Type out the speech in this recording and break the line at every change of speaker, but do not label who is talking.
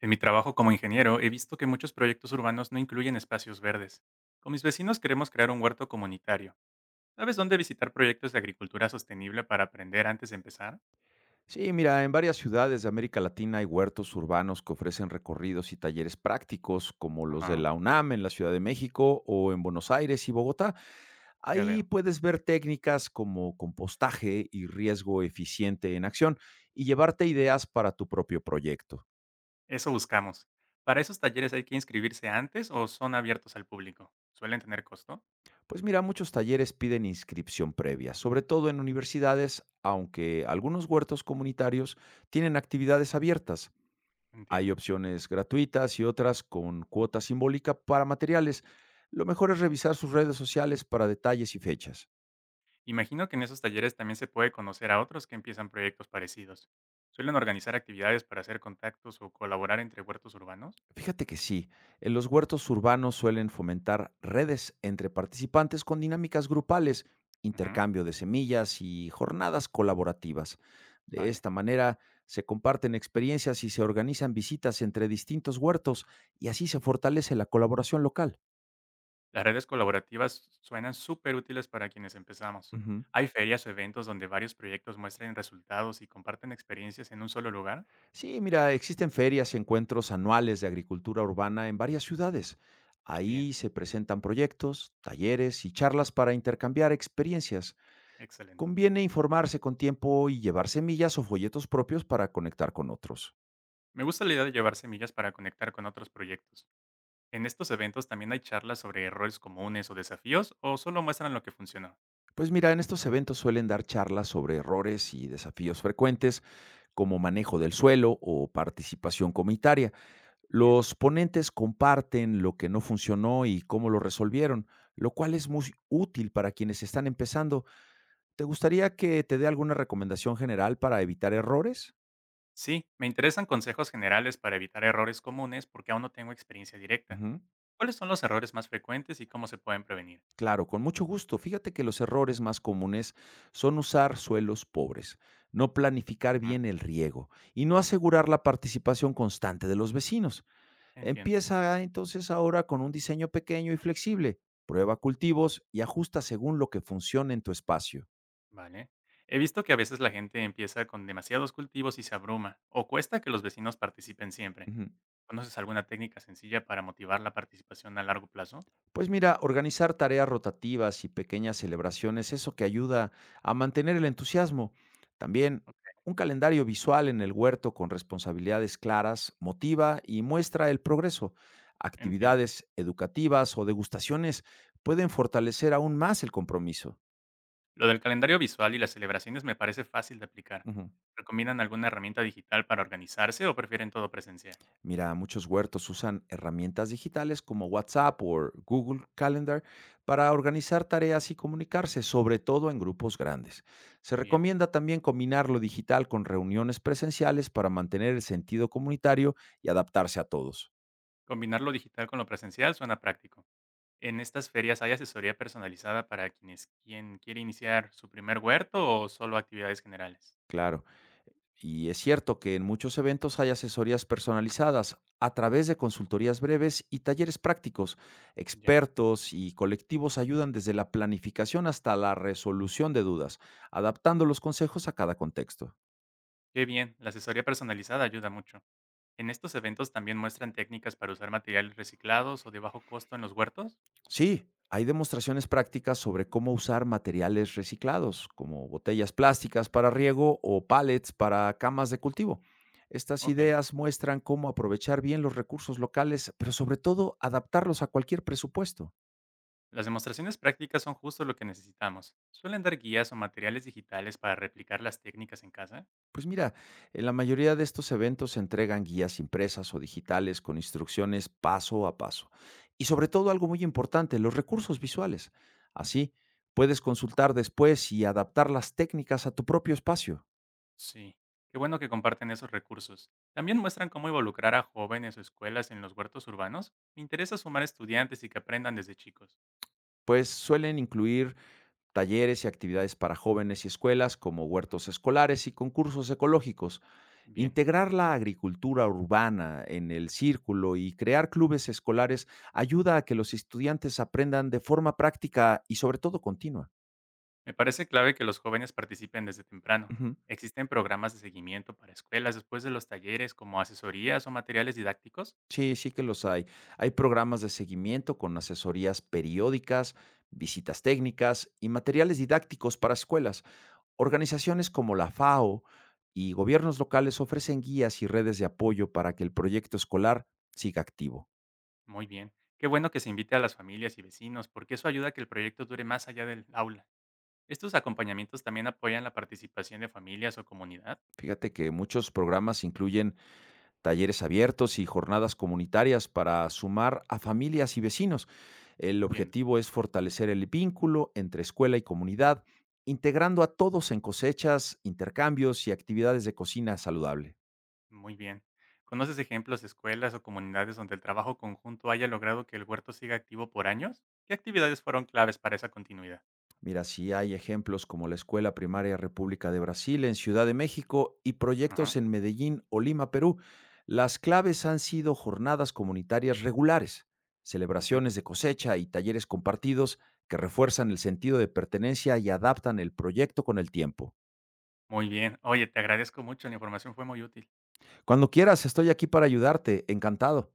En mi trabajo como ingeniero he visto que muchos proyectos urbanos no incluyen espacios verdes. Con mis vecinos queremos crear un huerto comunitario. ¿Sabes dónde visitar proyectos de agricultura sostenible para aprender antes de empezar?
Sí, mira, en varias ciudades de América Latina hay huertos urbanos que ofrecen recorridos y talleres prácticos, como los de
Ajá,
la UNAM en la Ciudad de México o en Buenos Aires y Bogotá.
ya
Ahí
veo.
puedes ver técnicas como compostaje y riesgo eficiente en acción y llevarte ideas para tu propio proyecto.
Eso buscamos. ¿Para esos talleres hay que inscribirse antes o son abiertos al público? ¿Suelen tener costo?
Pues mira, muchos talleres piden inscripción previa, sobre todo en universidades, aunque algunos huertos comunitarios tienen actividades abiertas. Hay
Entiendo.
opciones gratuitas y otras con cuota simbólica para materiales. Lo mejor es revisar sus redes sociales para detalles y fechas.
Imagino que en esos talleres también se puede conocer a otros que empiezan proyectos parecidos. ¿Suelen organizar actividades para hacer contactos o colaborar entre huertos urbanos?
Fíjate que sí, en los huertos urbanos suelen fomentar redes entre participantes con dinámicas grupales,
Ujú,
intercambio de semillas y jornadas colaborativas. De
vale.
esta manera se comparten experiencias y se organizan visitas entre distintos huertos y así se fortalece la colaboración local.
Las redes colaborativas suenan súper útiles para quienes empezamos.
Ujú.
¿Hay ferias o eventos donde varios proyectos muestren resultados y comparten experiencias en un solo lugar?
Sí, mira, existen ferias y encuentros anuales de agricultura urbana en varias ciudades.
Bien,
Ahí se presentan proyectos, talleres y charlas para intercambiar experiencias.
excelente.
Conviene informarse con tiempo y llevar semillas o folletos propios para conectar con otros.
Me gusta la idea de llevar semillas para conectar con otros proyectos. ¿En estos eventos también hay charlas sobre errores comunes o desafíos o solo muestran lo que funcionó?
Pues mira, en estos eventos suelen dar charlas sobre errores y desafíos frecuentes como manejo del suelo o participación comunitaria.
Bien.
Los ponentes comparten lo que no funcionó y cómo lo resolvieron, lo cual es muy útil para quienes están empezando. ¿Te gustaría que te dé alguna recomendación general para evitar errores?
Sí, me interesan consejos generales para evitar errores comunes porque aún no tengo experiencia directa.
Ujú.
¿Cuáles son los errores más frecuentes y cómo se pueden prevenir?
Claro, con mucho gusto. Fíjate que los errores más comunes son usar suelos pobres, no planificar
Mm,
bien el riego y no asegurar la participación constante de los vecinos.
entiendo.
Empieza entonces ahora con un diseño pequeño y flexible. Prueba cultivos y ajusta según lo que funcione en tu espacio.
Vale. He visto que a veces la gente empieza con demasiados cultivos y se abruma, o cuesta que los vecinos participen siempre.
Ujú.
¿Conoces alguna técnica sencilla para motivar la participación a largo plazo?
Pues mira, organizar tareas rotativas y pequeñas celebraciones, eso que ayuda a mantener el entusiasmo. También
Ok,
un calendario visual en el huerto con responsabilidades claras motiva y muestra el progreso.
entiendo.
Actividades educativas o degustaciones pueden fortalecer aún más el compromiso.
Lo del calendario visual y las celebraciones me parece fácil de aplicar.
Ujú.
¿Recomiendan alguna herramienta digital para organizarse o prefieren todo presencial?
Mira, muchos huertos usan herramientas digitales como WhatsApp o Google Calendar para organizar tareas y comunicarse, sobre todo en grupos grandes. Se
Bien.
recomienda también combinar lo digital con reuniones presenciales para mantener el sentido comunitario y adaptarse a todos.
Combinar lo digital con lo presencial suena práctico. ¿En estas ferias hay asesoría personalizada para quienes quien quiere iniciar su primer huerto o solo actividades generales?
Claro. Y es cierto que en muchos eventos hay asesorías personalizadas a través de consultorías breves y talleres prácticos.
Ya.
Expertos y colectivos ayudan desde la planificación hasta la resolución de dudas, adaptando los consejos a cada contexto.
Qué bien, la asesoría personalizada ayuda mucho. ¿En estos eventos también muestran técnicas para usar materiales reciclados o de bajo costo en los huertos?
Sí, hay demostraciones prácticas sobre cómo usar materiales reciclados, como botellas plásticas para riego o pallets para camas de cultivo. Estas
Ok.
ideas muestran cómo aprovechar bien los recursos locales, pero sobre todo adaptarlos a cualquier presupuesto.
Las demostraciones prácticas son justo lo que necesitamos. ¿Suelen dar guías o materiales digitales para replicar las técnicas en casa?
Pues mira, en la mayoría de estos eventos se entregan guías impresas o digitales con instrucciones paso a paso. Y sobre todo algo muy importante, los recursos visuales. Así, puedes consultar después y adaptar las técnicas a tu propio espacio,
Sí. Qué bueno que comparten esos recursos. ¿También muestran cómo involucrar a jóvenes o escuelas en los huertos urbanos? Me interesa sumar estudiantes y que aprendan desde chicos.
pues suelen incluir talleres y actividades para jóvenes y escuelas como huertos escolares y concursos ecológicos.
Bien.
Integrar la agricultura urbana en el círculo y crear clubes escolares ayuda a que los estudiantes aprendan de forma práctica y sobre todo continua.
Me parece clave que los jóvenes participen desde temprano.
Ujú.
¿Existen programas de seguimiento para escuelas después de los talleres como asesorías o materiales didácticos?
Sí, sí que los hay. Hay programas de seguimiento con asesorías periódicas, visitas técnicas y materiales didácticos para escuelas. Organizaciones como la FAO y gobiernos locales ofrecen guías y redes de apoyo para que el proyecto escolar siga activo.
Muy bien. Qué bueno que se invite a las familias y vecinos porque eso ayuda a que el proyecto dure más allá del aula. ¿Estos acompañamientos también apoyan la participación de familias o comunidad?
Fíjate que muchos programas incluyen talleres abiertos y jornadas comunitarias para sumar a familias y vecinos. El
Entiendo.
objetivo es fortalecer el vínculo entre escuela y comunidad, integrando a todos en cosechas, intercambios y actividades de cocina saludable.
Muy bien. ¿Conoces ejemplos de escuelas o comunidades donde el trabajo conjunto haya logrado que el huerto siga activo por años? ¿Qué actividades fueron claves para esa continuidad?
Mira, sí hay ejemplos como la Escuela Primaria República de Brasil en Ciudad de México y
Ajá,
proyectos en Medellín o Lima, Perú. Las claves han sido jornadas comunitarias regulares,
ujú.
celebraciones de cosecha y talleres compartidos que refuerzan el sentido de pertenencia y adaptan el proyecto con el tiempo.
Muy bien. Oye, te agradezco mucho, la información fue muy útil.
Cuando quieras, estoy aquí para ayudarte. Encantado.